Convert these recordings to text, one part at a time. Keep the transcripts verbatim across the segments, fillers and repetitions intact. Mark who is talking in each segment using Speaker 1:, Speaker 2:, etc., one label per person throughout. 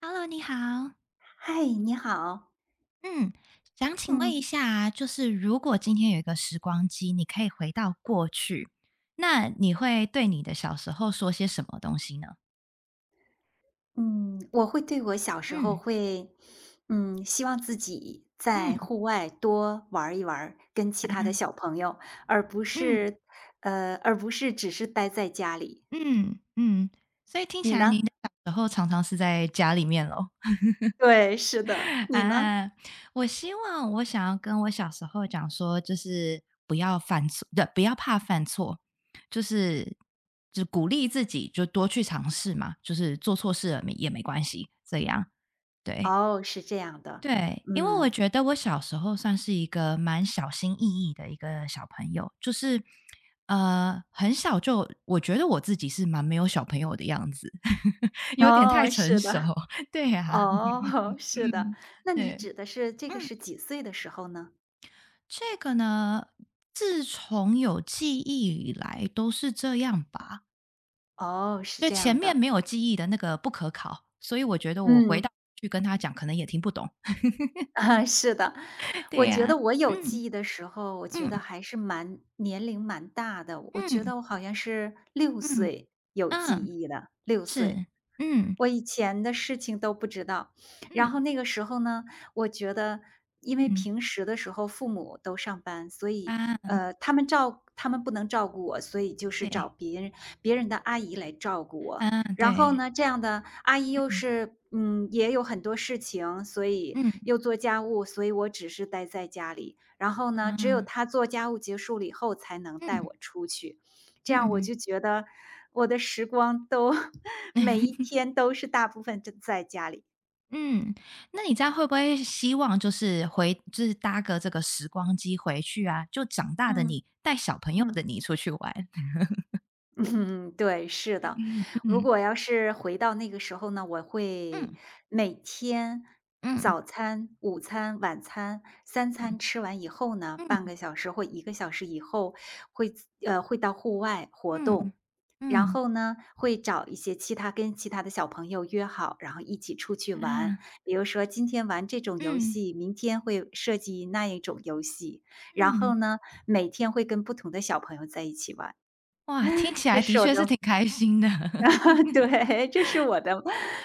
Speaker 1: Hello，你好。
Speaker 2: 嗨，你好。
Speaker 1: 嗯，想请问一
Speaker 2: 嗯
Speaker 1: 下啊就是如果今天有一个时光机，你可以回到过去，那你会对你的小时候说些什么东西呢？
Speaker 2: 嗯，我会对我小时候
Speaker 1: 嗯
Speaker 2: 会，嗯，希望自己在
Speaker 1: 嗯
Speaker 2: 户外多玩儿一玩儿，跟其他的
Speaker 1: 啊
Speaker 2: 小朋友，而不
Speaker 1: 嗯
Speaker 2: 是，呃，而不是只是待在家里。
Speaker 1: 嗯嗯，所以听起
Speaker 2: 你
Speaker 1: 来你
Speaker 2: 呢？
Speaker 1: 的小时候常常是在家里面咯。
Speaker 2: 对，是的，你呢？
Speaker 1: 啊，我希望我想要跟我小时候讲说，就是不要犯错，对，不要怕犯错，就是就鼓励自己，就多去尝试嘛，就是做错事了没也没关系，这样对。
Speaker 2: 哦，是这样的，
Speaker 1: 对，因为我
Speaker 2: 嗯，
Speaker 1: 觉得我小时候算是一个蛮小心翼翼的一个小朋友，就是呃，很小就我觉得我自己是蛮没有小朋友的样子，有点太
Speaker 2: 哦，
Speaker 1: 成
Speaker 2: 是
Speaker 1: 熟，
Speaker 2: 的，
Speaker 1: 对呀、啊，
Speaker 2: 哦，是的。
Speaker 1: 嗯，
Speaker 2: 那你
Speaker 1: 对，
Speaker 2: 指的是这个
Speaker 1: 嗯。
Speaker 2: 是几岁的时候呢？
Speaker 1: 这个呢，自从有记忆以来都是这样吧。
Speaker 2: 哦，是
Speaker 1: 就
Speaker 2: 这
Speaker 1: 前
Speaker 2: 样
Speaker 1: 面
Speaker 2: 的，
Speaker 1: 没有记忆的那个不可考，所以我觉得我回
Speaker 2: 嗯。
Speaker 1: 到去跟他讲，可能也听不懂。
Speaker 2: 啊，是的，
Speaker 1: 对
Speaker 2: 我觉
Speaker 1: 呀，
Speaker 2: 得我有
Speaker 1: 嗯
Speaker 2: 记忆的时候，我觉得
Speaker 1: 嗯
Speaker 2: 还是蛮年龄蛮大的，我觉
Speaker 1: 嗯
Speaker 2: 得我好像是六
Speaker 1: 嗯
Speaker 2: 岁有记
Speaker 1: 嗯，
Speaker 2: 忆的六岁。
Speaker 1: 是，嗯
Speaker 2: 我以前的事情都不知道。然后
Speaker 1: 嗯
Speaker 2: 那个时候呢，我觉得因为
Speaker 1: 嗯
Speaker 2: 平时的时候父母都上班，所以，
Speaker 1: 啊，
Speaker 2: 呃，他们照他们不能照顾我，所以就是找
Speaker 1: 对，
Speaker 2: 别人别人的阿姨来照顾我。
Speaker 1: 啊
Speaker 2: 然后
Speaker 1: 对，
Speaker 2: 呢，这样的阿姨又
Speaker 1: 嗯
Speaker 2: 是嗯，也有很多事情，所以
Speaker 1: 嗯
Speaker 2: 又做家务，所以我只是待在家里。然后呢，只有
Speaker 1: 啊
Speaker 2: 她做家务结束了以后才能
Speaker 1: 嗯
Speaker 2: 带
Speaker 1: 嗯。
Speaker 2: 我出去，这样我
Speaker 1: 嗯
Speaker 2: 就觉得我的时光都 每一天都是大部分就在家里。
Speaker 1: 嗯，那你这样会不会希望就是回就是搭个这个时光机回去啊，就长大的
Speaker 2: 嗯，
Speaker 1: 你带小朋友的
Speaker 2: 嗯。
Speaker 1: 你出去玩？
Speaker 2: 嗯，对，是的。
Speaker 1: 嗯
Speaker 2: 如
Speaker 1: 嗯
Speaker 2: 果要是回到那个时候呢，我会
Speaker 1: 嗯
Speaker 2: 每天
Speaker 1: 嗯
Speaker 2: 早餐、午餐、晚餐三餐吃完以后呢，
Speaker 1: 嗯
Speaker 2: 半个小时或一个小时以后会自呃，会到户外活
Speaker 1: 嗯嗯
Speaker 2: 动。然
Speaker 1: 嗯
Speaker 2: 后呢，会找一些其他跟其他的小朋友约好，然后一起出去玩。
Speaker 1: 啊，
Speaker 2: 比如说今天玩这种游
Speaker 1: 嗯
Speaker 2: 戏，明天会设计那一种游戏，然
Speaker 1: 嗯，
Speaker 2: 后
Speaker 1: 嗯
Speaker 2: 呢，每天会跟不同的小朋友在一起玩，
Speaker 1: 哇，听起
Speaker 2: 这
Speaker 1: 来的
Speaker 2: 是我
Speaker 1: 确是挺
Speaker 2: 的
Speaker 1: 开心的。
Speaker 2: 对，这是我的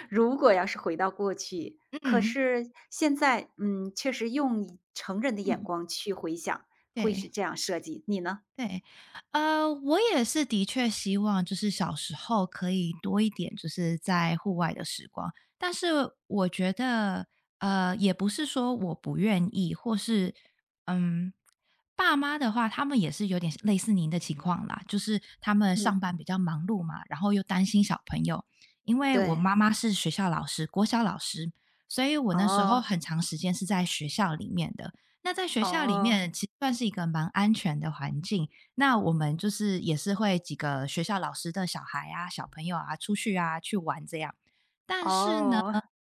Speaker 2: 如果要是回到过去，可
Speaker 1: 嗯
Speaker 2: 是现在，嗯，确实用以成人的眼
Speaker 1: 嗯，
Speaker 2: 光去回想，会是
Speaker 1: 对。
Speaker 2: 这样设计，你呢？
Speaker 1: 对，呃，我也是的确希望就是小时候可以多一点就是在户外的时光，但是我觉得，呃，也不是说我不愿意，或是嗯，爸妈的话，他们也是有点类似您的情况啦，就是他们
Speaker 2: 嗯。
Speaker 1: 上班比较忙碌嘛，然后又担心小朋友，因为我
Speaker 2: 对，
Speaker 1: 妈妈是学校老师，国小老师，所以我那时候
Speaker 2: 哦，
Speaker 1: 很长时间是在学校里面的。那在学校里
Speaker 2: 哦，
Speaker 1: 面，其实算是一个蛮安全的环境，那我们就是也是会几个学校老师的小孩啊、小朋友啊出去啊去玩这样。但是呢，
Speaker 2: 哦，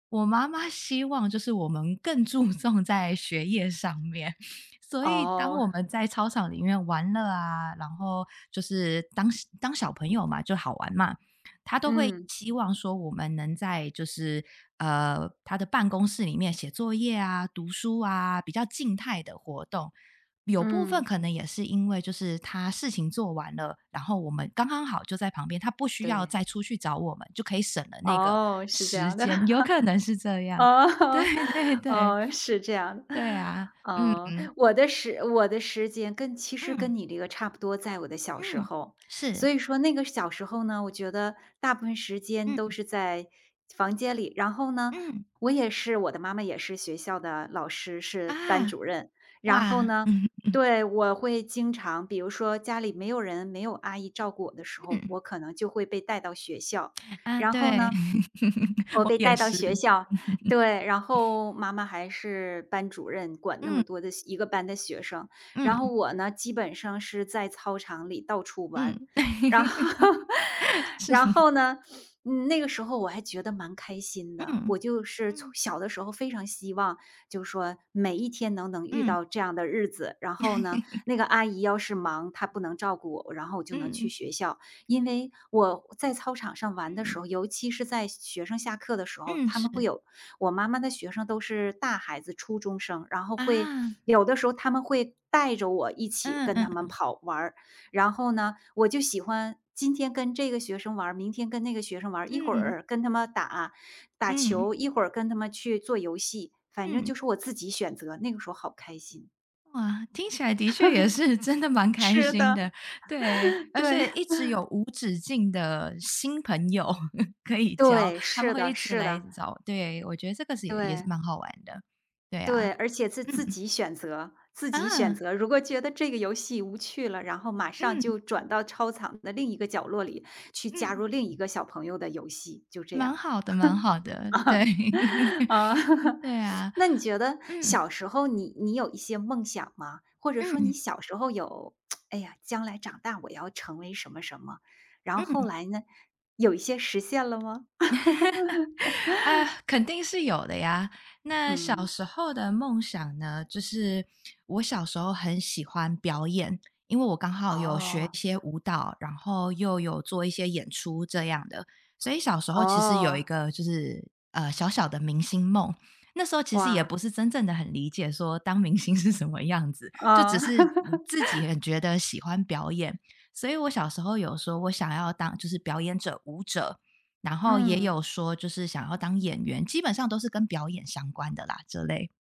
Speaker 1: 我妈妈希望就是我们更注重在学业上面，所以当
Speaker 2: 哦，
Speaker 1: 我们在操场里面玩乐啊，然后就是当当小朋友嘛，就好玩嘛，她都会
Speaker 2: 嗯，
Speaker 1: 希望说我们能在就是呃她的办公室里面写作业啊、读书啊，比较静态的活动。有部分
Speaker 2: 嗯，
Speaker 1: 可能也是因为，就是他事情做完了，然后我们刚刚好就在旁边，他不需要
Speaker 2: 对，
Speaker 1: 再出去找我们，就可以省了那个
Speaker 2: 哦，是这
Speaker 1: 时
Speaker 2: 样的。
Speaker 1: 间，有可 能是这样。
Speaker 2: 哦，
Speaker 1: 对对对，
Speaker 2: 哦，是这样的。
Speaker 1: 对啊，嗯
Speaker 2: 哦，
Speaker 1: 嗯
Speaker 2: 我的时我的时间跟其实
Speaker 1: 嗯
Speaker 2: 跟你这个差不多，在我的小时
Speaker 1: 嗯，
Speaker 2: 候。
Speaker 1: 是，
Speaker 2: 所以说那个小时候呢，我觉得大部分时间
Speaker 1: 嗯
Speaker 2: 都是在房间里。然后呢，
Speaker 1: 嗯
Speaker 2: 我也是我的妈妈也是学校的老师，是班
Speaker 1: 啊，
Speaker 2: 主任。然后
Speaker 1: 哇，
Speaker 2: 呢
Speaker 1: 嗯
Speaker 2: 对，我会经常比如说家里没有人，没有阿姨照顾我的时候，
Speaker 1: 嗯
Speaker 2: 我可能就会被带到学校。
Speaker 1: 啊，
Speaker 2: 然后
Speaker 1: 对，
Speaker 2: 呢，我
Speaker 1: 我
Speaker 2: 被
Speaker 1: 也
Speaker 2: 带到
Speaker 1: 是
Speaker 2: 学校对，然后妈妈还是班主 任，管那么
Speaker 1: 嗯
Speaker 2: 多的一个班的学生，
Speaker 1: 嗯
Speaker 2: 然后我呢，基本上是在操场里到处玩，
Speaker 1: 嗯，
Speaker 2: 然后，然
Speaker 1: 是，
Speaker 2: 后呢，嗯，那个时候我还觉得蛮开心的，
Speaker 1: 嗯
Speaker 2: 我就是从
Speaker 1: 嗯
Speaker 2: 小的时候非常希望，就是说每一天能能遇
Speaker 1: 嗯
Speaker 2: 到这样的日子，然后呢，那个阿姨要是忙，她不能照顾我，然后我就能去
Speaker 1: 嗯
Speaker 2: 学校，因为我在操场上玩的时
Speaker 1: 嗯
Speaker 2: 候，尤其是在学生下课的时候，
Speaker 1: 嗯，
Speaker 2: 他
Speaker 1: 是。
Speaker 2: 们会有我妈妈的学生都是大孩子，初中生，然后会
Speaker 1: 啊，
Speaker 2: 有的时候他们会带着我一起
Speaker 1: 嗯
Speaker 2: 跟他们
Speaker 1: 嗯
Speaker 2: 跑玩儿，然后呢，我就喜欢今天跟这个学生玩儿，明天跟那个学生玩儿，一会
Speaker 1: 嗯
Speaker 2: 儿跟他们打打
Speaker 1: 嗯
Speaker 2: 球，一会儿跟他们去做游戏，反正
Speaker 1: 嗯，
Speaker 2: 就是我自己选择，那个时候好开心。
Speaker 1: 哇，听起来的确也是真的蛮开
Speaker 2: 是
Speaker 1: 心
Speaker 2: 的，
Speaker 1: 的，对，而
Speaker 2: 对
Speaker 1: 且一直有无止境的新朋友 可以 交，
Speaker 2: 对，
Speaker 1: 他们
Speaker 2: 是
Speaker 1: 会一
Speaker 2: 的，
Speaker 1: 直
Speaker 2: 是
Speaker 1: 来
Speaker 2: 的，
Speaker 1: 找，对，我觉得这个是也也是
Speaker 2: 对。
Speaker 1: 蛮好玩的，对
Speaker 2: 对，
Speaker 1: 啊，
Speaker 2: 而且是自
Speaker 1: 嗯
Speaker 2: 己选择自己选
Speaker 1: 啊，
Speaker 2: 择。如果觉得这个游戏无趣了，然后马上
Speaker 1: 嗯
Speaker 2: 就转到操场的另一个角落里，去加
Speaker 1: 嗯，
Speaker 2: 入另一个小朋友的游戏，就这
Speaker 1: 蛮
Speaker 2: 样。
Speaker 1: 好的，蛮好的，对，
Speaker 2: 啊，
Speaker 1: 对啊，
Speaker 2: 那你觉得
Speaker 1: 嗯
Speaker 2: 小时候你你有一些梦想吗？或者说你
Speaker 1: 嗯
Speaker 2: 小时候有，哎呀，将来长大我要成为什么什么，然后后
Speaker 1: 嗯。
Speaker 2: 来呢，有一些实现了吗？
Speaker 1: 啊，肯定是有的呀。那小
Speaker 2: 嗯，
Speaker 1: 时候的梦想呢，就是我小时候很喜欢表演，因为我刚好有学
Speaker 2: 哦，
Speaker 1: 一些舞蹈，然后又有做一些演出这样的，所以小时候其实有一
Speaker 2: 哦，
Speaker 1: 个就是呃小小的明星梦。那时候其实也
Speaker 2: 哇，
Speaker 1: 不是真正的很理解说当明星是什么样子，就只
Speaker 2: 啊，
Speaker 1: 是嗯 自己很觉得喜欢表演，所以我小时候有说我想要当就是表演者、舞者，然后也
Speaker 2: 嗯。
Speaker 1: 有说就是想要当演员，基本上都是跟表演相关的啦，这类。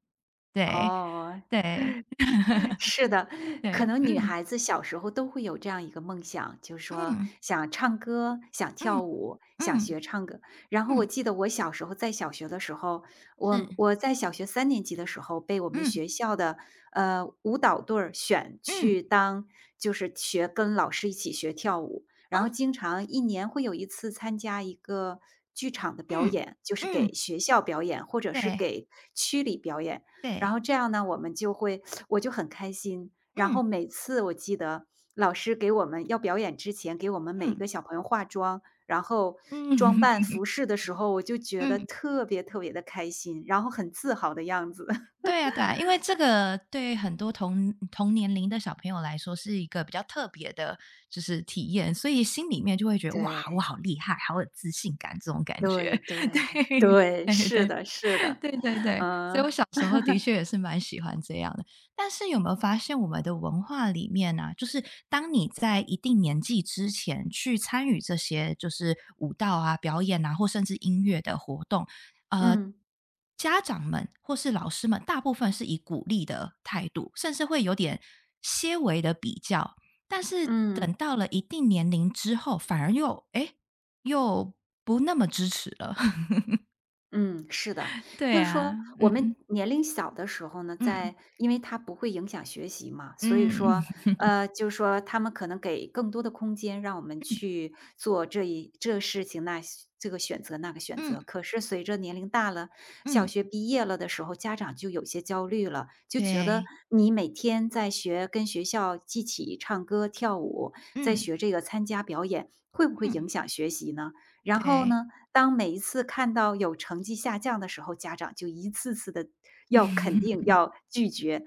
Speaker 1: 对，
Speaker 2: 哦，
Speaker 1: 对，
Speaker 2: 是 是的，可
Speaker 1: 对，
Speaker 2: 能女
Speaker 1: 嗯，
Speaker 2: 孩子小时候都会有这样一个梦想，就是说
Speaker 1: 嗯，
Speaker 2: 想唱歌、想跳
Speaker 1: 嗯，
Speaker 2: 舞、想
Speaker 1: 嗯，
Speaker 2: 学唱歌。然后我
Speaker 1: 嗯，
Speaker 2: 记得我小时候在小学的时候，
Speaker 1: 是，
Speaker 2: 我我在小学三年级的时候被我们
Speaker 1: 嗯，
Speaker 2: 学校的呃舞蹈队儿选
Speaker 1: 嗯，
Speaker 2: 去当，就是学跟老师一起学跳舞，然
Speaker 1: 嗯，
Speaker 2: 后经常一年会有一次参加一个。剧场的表
Speaker 1: 嗯，
Speaker 2: 演就是给
Speaker 1: 嗯，
Speaker 2: 学校表演，或者是
Speaker 1: 对，
Speaker 2: 给区里表演，然
Speaker 1: 对，
Speaker 2: 后这样呢，我们就会我就很开心。然
Speaker 1: 嗯，
Speaker 2: 后每次我记得老师给我们要表演之前，给我们每一
Speaker 1: 嗯，
Speaker 2: 个小朋友化妆，然后装扮
Speaker 1: 嗯
Speaker 2: 服饰的时候，我就 觉得
Speaker 1: 嗯。
Speaker 2: 特别特别的开心，然后很自豪的样子。
Speaker 1: 对啊，对啊，因为这个对很多同同年龄的小朋友来说是一个比较特别的，就是体验，所以心里面就会觉得哇，我
Speaker 2: 对，
Speaker 1: 好厉害，好有自信感这种感觉。
Speaker 2: 对 对。
Speaker 1: 对，
Speaker 2: 对，
Speaker 1: 对对
Speaker 2: 是的是的，
Speaker 1: 对对对对
Speaker 2: 嗯，
Speaker 1: 时候的确也是蛮喜欢这样的。但是有没有发现我们的文化里面呢、啊就是当你在一定年纪之前去参与这些就是舞蹈啊、表演啊，或甚至音乐的活动，呃，
Speaker 2: 嗯，
Speaker 1: 家长们或是老师们，大部分是以鼓励的态度，甚至会有点些微的比较。但是
Speaker 2: 嗯。
Speaker 1: 等到了一定年龄之后，反而又诶又不那么支持了。
Speaker 2: 嗯，是的，
Speaker 1: 对
Speaker 2: 就是
Speaker 1: 啊，
Speaker 2: 说我
Speaker 1: 嗯
Speaker 2: 们
Speaker 1: 嗯
Speaker 2: 年龄小的时候呢，
Speaker 1: 嗯
Speaker 2: 在因为它不会影响学习嘛，所以
Speaker 1: 嗯。
Speaker 2: 说，呃，就是说他们可能给更多的空间让我们 去做这一这事情那事这个选择那个选
Speaker 1: 嗯
Speaker 2: 择。可是随着年龄大了，小
Speaker 1: 嗯，
Speaker 2: 学毕业了的时候，家长就有些焦虑了，就觉得
Speaker 1: 对，
Speaker 2: 你每天在学跟学校一起唱歌跳舞，在
Speaker 1: 嗯
Speaker 2: 学这个参加表演，会不会
Speaker 1: 嗯，
Speaker 2: 影响学习呢？然后
Speaker 1: 对，
Speaker 2: 呢，当每一次看到有成绩下降的时候，家长就一次次的要肯 定、要拒绝、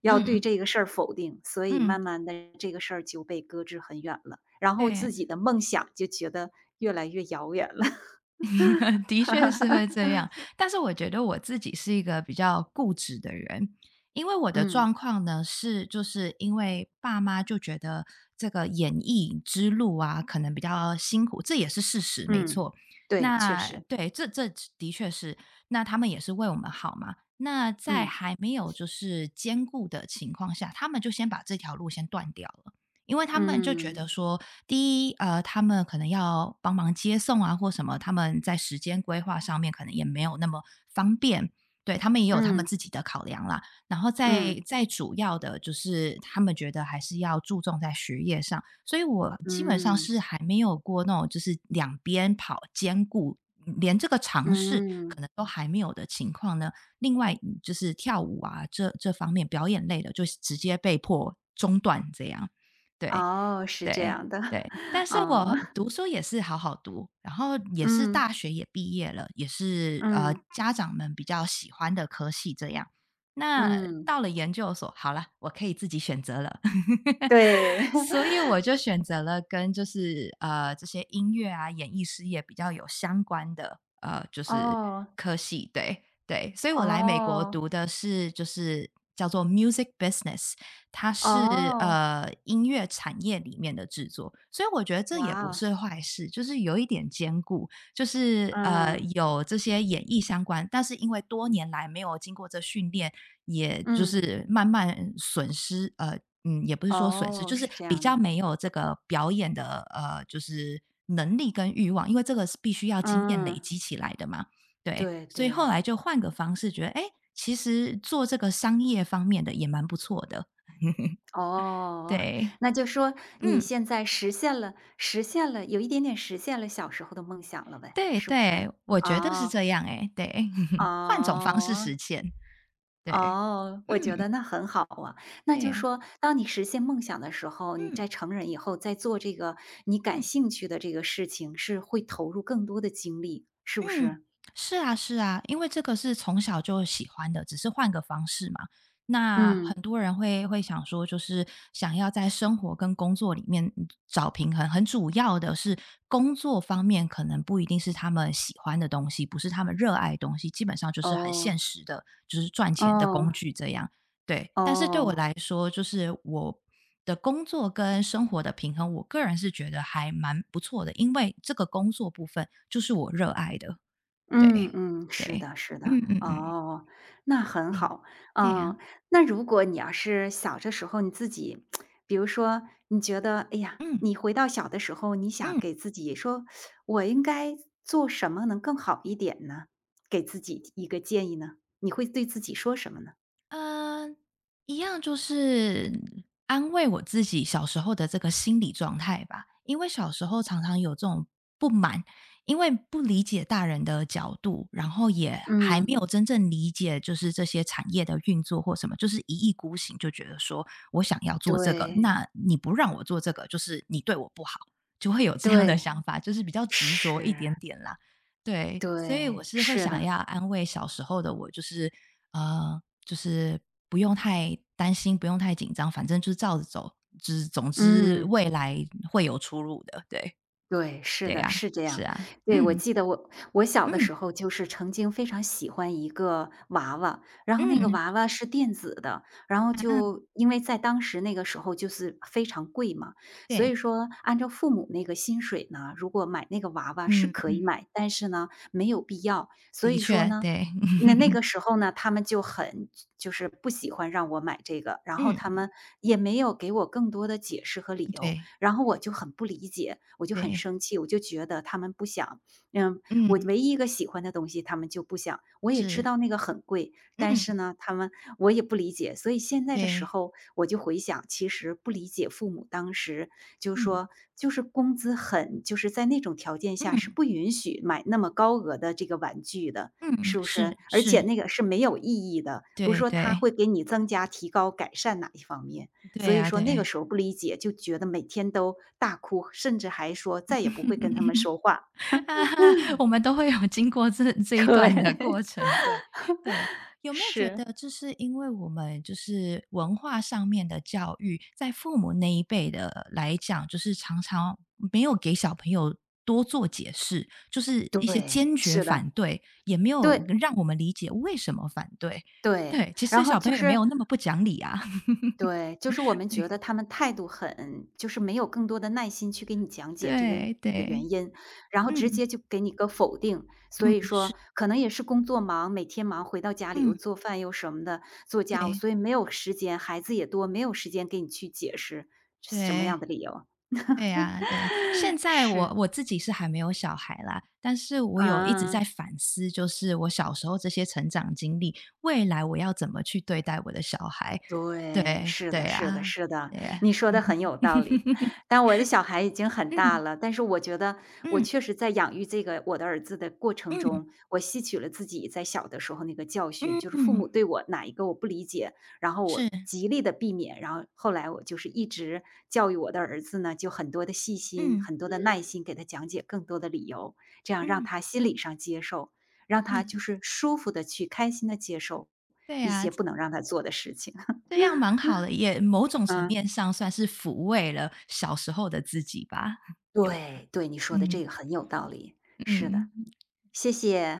Speaker 2: 要
Speaker 1: 嗯
Speaker 2: 对
Speaker 1: 嗯，
Speaker 2: 这个事儿否定，所以
Speaker 1: 嗯，
Speaker 2: 慢慢的这个事儿就被搁置很远了，然后
Speaker 1: 对，
Speaker 2: 自己的梦想就觉得越来越遥远了。
Speaker 1: 的确是会这样。但是我觉得我自己是一个比较固执的人，因为我的
Speaker 2: 嗯，
Speaker 1: 状况呢是，就是因为爸妈就觉得这个演艺之路啊，可能比较辛苦，这也是事实，没
Speaker 2: 嗯，
Speaker 1: 错。
Speaker 2: 对，确
Speaker 1: 那
Speaker 2: 实，
Speaker 1: 对，这这的确是，那他们也是为我们好嘛。那在
Speaker 2: 嗯，
Speaker 1: 还没有就是兼顾的情况下，他们就先把这条路先断掉了。因为他们就觉
Speaker 2: 嗯，
Speaker 1: 得说，第一，呃，他们可能要帮忙接送啊，或什么，他们在时间规划上面可能也没有那么方便，对他们也有他们
Speaker 2: 嗯，
Speaker 1: 自己的考量啦。然后再
Speaker 2: 嗯，
Speaker 1: 再主要的就是他们觉得还是要注重在学业上，所以我基本上
Speaker 2: 嗯，
Speaker 1: 是还没有过那种就是两边跑兼顾，嗯连这个尝试可
Speaker 2: 嗯，
Speaker 1: 能都还没有的情况呢。另外嗯就是跳舞啊这这方面表演类的，就是直接被迫中断这样。对
Speaker 2: 哦，是这
Speaker 1: 对
Speaker 2: 样的，
Speaker 1: 对，但 是
Speaker 2: 哦，
Speaker 1: 我读书也是好好读，然后也是
Speaker 2: 嗯，
Speaker 1: 大学也毕业了，也是呃
Speaker 2: 嗯，
Speaker 1: 家长们比较喜欢的科系这样。那
Speaker 2: 嗯，
Speaker 1: 到了研究所，好了，我可以自己选择了，
Speaker 2: 对，
Speaker 1: 所以我就选择了跟就是呃这些音乐啊、演艺事业比较有相关的呃就是
Speaker 2: 哦，
Speaker 1: 科系，对对，所以我来美国
Speaker 2: 哦。
Speaker 1: 读的是就是叫做 music business,它是
Speaker 2: 哦，
Speaker 1: 呃音乐产业里面的制作，所以我觉得这也
Speaker 2: 哇
Speaker 1: 不
Speaker 2: 哦，
Speaker 1: 是坏事，就是有一点兼顾，就是呃
Speaker 2: 嗯，
Speaker 1: 有这些演艺相关，但是因为多年来没有经过这训练，也就
Speaker 2: 嗯，
Speaker 1: 是慢慢损失，呃，嗯，也不是说损失，
Speaker 2: 哦，
Speaker 1: 就是
Speaker 2: 是这
Speaker 1: 比
Speaker 2: 样
Speaker 1: 较
Speaker 2: 的，
Speaker 1: 没有这个表演的呃，就是能力跟欲望，因为这个是必须要经验累
Speaker 2: 嗯，
Speaker 1: 积起来的嘛，对，
Speaker 2: 对
Speaker 1: 所以后
Speaker 2: 对，
Speaker 1: 来就换个方式，觉得哎，诶其实做这个商业方面的也蛮不错的，
Speaker 2: 哦，
Speaker 1: 对，
Speaker 2: 那就说你
Speaker 1: 嗯，
Speaker 2: 现在实现了实现了有一点点实现了小时候的梦想了呗，
Speaker 1: 对
Speaker 2: 是不是？
Speaker 1: 对，我觉得是
Speaker 2: 哦，
Speaker 1: 这样诶，对，换种方式
Speaker 2: 哦，
Speaker 1: 实现，对，
Speaker 2: 哦，我觉得
Speaker 1: 嗯，
Speaker 2: 那很好啊。那
Speaker 1: 对
Speaker 2: 就
Speaker 1: 呀，
Speaker 2: 说当你实现梦想的时候，你
Speaker 1: 嗯
Speaker 2: 在成人以后再做这个你感
Speaker 1: 嗯
Speaker 2: 兴趣的这个事情，是会投入更多的精力，是不
Speaker 1: 嗯，
Speaker 2: 是？
Speaker 1: 是啊是啊，因为这个是从小就喜欢的，只是换个方式嘛。那
Speaker 2: 嗯，
Speaker 1: 很多人会会想说，就是想要在生活跟工作里面嗯找平衡，很主要的是工作方面可能不一定是他们喜欢的东西，不是他们热爱的东西，基本上就是很现
Speaker 2: 哦，
Speaker 1: 实的，就是赚钱的工
Speaker 2: 哦。
Speaker 1: 具这样。对，但是对我
Speaker 2: 哦，
Speaker 1: 来说，就是我的工作跟生活的平衡，我个人是觉得还蛮不错的，因为这个工作部分就是我热爱的。
Speaker 2: 嗯
Speaker 1: 对，
Speaker 2: 嗯，是
Speaker 1: 对，
Speaker 2: 的是的，
Speaker 1: 嗯嗯嗯，
Speaker 2: 哦，那很
Speaker 1: 嗯，
Speaker 2: 好。
Speaker 1: 对呀，
Speaker 2: 嗯，那如果你要是小的时候你自己比如说你觉得，哎呀，
Speaker 1: 嗯，
Speaker 2: 你回到小的时候，你想
Speaker 1: 嗯。
Speaker 2: 给自己说，我应该做什么能更好一点呢？给自己一个建议呢？你会对自己说什么呢？
Speaker 1: 嗯，一样就是安慰我自己小时候的这个心理状态吧。因为小时候常常有这种不满，因为不理解大人的角度，然后也还没
Speaker 2: 嗯，
Speaker 1: 有真正理解就是这些产业的运作或什么，就是一意孤行，就觉得说我想要做这个，
Speaker 2: 对，
Speaker 1: 那你不让我做这个，就是你对我不好，就会有这样的
Speaker 2: 对，
Speaker 1: 想法，就是比较执着一
Speaker 2: 是，
Speaker 1: 点点啦。对，所以我
Speaker 2: 对，
Speaker 1: 是会
Speaker 2: 是
Speaker 1: 想
Speaker 2: 的，
Speaker 1: 要安慰小时候的我，就是呃，就是不用太担心，不用太紧张，反正就是照着走，之总之
Speaker 2: 嗯。
Speaker 1: 未来会有出路的。对，
Speaker 2: 对，是
Speaker 1: 对
Speaker 2: 的，
Speaker 1: 呀，
Speaker 2: 是这
Speaker 1: 是
Speaker 2: 样。
Speaker 1: 啊，
Speaker 2: 对，我
Speaker 1: 嗯
Speaker 2: 记得我我小的
Speaker 1: 嗯
Speaker 2: 时候就是曾经非常喜欢一个娃娃，然后那个
Speaker 1: 嗯，
Speaker 2: 娃娃是电子的，然后
Speaker 1: 啊，
Speaker 2: 就因为在当时那个时候就是非常贵嘛，所以
Speaker 1: 对，
Speaker 2: 说按照父母那个薪水呢，如果买那个娃娃是
Speaker 1: 嗯
Speaker 2: 可以
Speaker 1: 嗯，
Speaker 2: 买，但是呢，没有必要。所
Speaker 1: 的
Speaker 2: 以说
Speaker 1: 确，
Speaker 2: 呢，
Speaker 1: 对，
Speaker 2: 那那 个时候呢，他们就很就是不喜欢让我买这个，然后
Speaker 1: 嗯，
Speaker 2: 他们也没有给我更多的解释和理由。
Speaker 1: 对
Speaker 2: 然后我
Speaker 1: 对
Speaker 2: 就很不理解，我就很
Speaker 1: 对，
Speaker 2: 生气，我就觉得他们不想，嗯，
Speaker 1: 嗯，
Speaker 2: 我唯一一个喜欢的东西他们就不想。我也知
Speaker 1: 是，
Speaker 2: 道那个很贵，但
Speaker 1: 嗯，
Speaker 2: 是呢，他们我也不理解。所以现在的时
Speaker 1: 对，
Speaker 2: 候，我就回想，其实不理解父母当时就
Speaker 1: 嗯
Speaker 2: 说，就是工资很，就是在那种条件下是
Speaker 1: 嗯
Speaker 2: 不允许买那么高额的这个玩具的。
Speaker 1: 嗯，
Speaker 2: 是不是？
Speaker 1: 是
Speaker 2: 而且
Speaker 1: 是，
Speaker 2: 那个是没有意义的，不是
Speaker 1: 对
Speaker 2: 说他
Speaker 1: 对
Speaker 2: 会给你增加、提高、改善哪一方面。
Speaker 1: 对
Speaker 2: 所以
Speaker 1: 呀，
Speaker 2: 说那个
Speaker 1: 对。
Speaker 2: 时候不理解，就觉得每天都大哭，甚至还说再也不会跟他们说话。
Speaker 1: 哈哈，我们都会有经过这这 一段的过
Speaker 2: 对。
Speaker 1: 程，对对。有没有觉
Speaker 2: 是。
Speaker 1: 得这是因为我们就是文化上面的教育，在父母那一辈的来讲，就是常常没有给小朋友多做解释，就是一些
Speaker 2: 对，
Speaker 1: 坚决
Speaker 2: 是的，
Speaker 1: 反对，也没有
Speaker 2: 对，
Speaker 1: 让我们理解为什么反对。
Speaker 2: 对。
Speaker 1: 对，其
Speaker 2: 然
Speaker 1: 实
Speaker 2: 后
Speaker 1: 小朋
Speaker 2: 就
Speaker 1: 友也没
Speaker 2: 是
Speaker 1: 有那么不讲理啊。
Speaker 2: 对，就是我 们
Speaker 1: 对
Speaker 2: 觉得他们态度很就是没有更多的耐心去给你讲解这
Speaker 1: 对
Speaker 2: 个
Speaker 1: 对，
Speaker 2: 原因，然后直
Speaker 1: 嗯
Speaker 2: 接就给你个否定。所
Speaker 1: 嗯，
Speaker 2: 以说
Speaker 1: 是，
Speaker 2: 可能也是工作忙，每天忙，回到家里
Speaker 1: 嗯，
Speaker 2: 又做饭又什么的，做家务，
Speaker 1: 对
Speaker 2: 所以没有时间，孩子也多，没有时间给你去解释什么
Speaker 1: 对。
Speaker 2: 样的理由。
Speaker 1: 对呀，对呀，现 在
Speaker 2: 是，
Speaker 1: 我我自己是还没有小孩啦，但是我有一直
Speaker 2: 啊。
Speaker 1: 在反思，就是我小时候这些成长经历，未来我要怎么去对待我的小孩。
Speaker 2: 对，
Speaker 1: 对，
Speaker 2: 是
Speaker 1: 对
Speaker 2: 的是的
Speaker 1: 呀，
Speaker 2: 是的，
Speaker 1: 对啊。
Speaker 2: 你说的很有道理。但我的小孩已经很大了，但是我觉得我
Speaker 1: 嗯，
Speaker 2: 确实在养育这个我的儿子的过程
Speaker 1: 嗯，
Speaker 2: 中，我吸取了自己在小的时候那个教训，
Speaker 1: 嗯，
Speaker 2: 就是父
Speaker 1: 嗯，
Speaker 2: 母对我哪一个我不理解，然后我
Speaker 1: 是，
Speaker 2: 极力的避免，然后后来我就是一直教育我的儿子呢，就很多的细心，
Speaker 1: 嗯，
Speaker 2: 很多的耐嗯心给他讲解更多的理由，这样让
Speaker 1: 嗯，
Speaker 2: 他心理上接受，让他就
Speaker 1: 嗯，
Speaker 2: 是舒服的去开心的接受
Speaker 1: 对
Speaker 2: 一
Speaker 1: 呀，
Speaker 2: 些不能让他做的事情。
Speaker 1: 这样蛮好的，也某种层
Speaker 2: 嗯，
Speaker 1: 面上算是抚慰了小时候的自己吧，有
Speaker 2: 对对，你说的
Speaker 1: 嗯，
Speaker 2: 这个很有道理，是的，
Speaker 1: 嗯。
Speaker 2: 谢谢。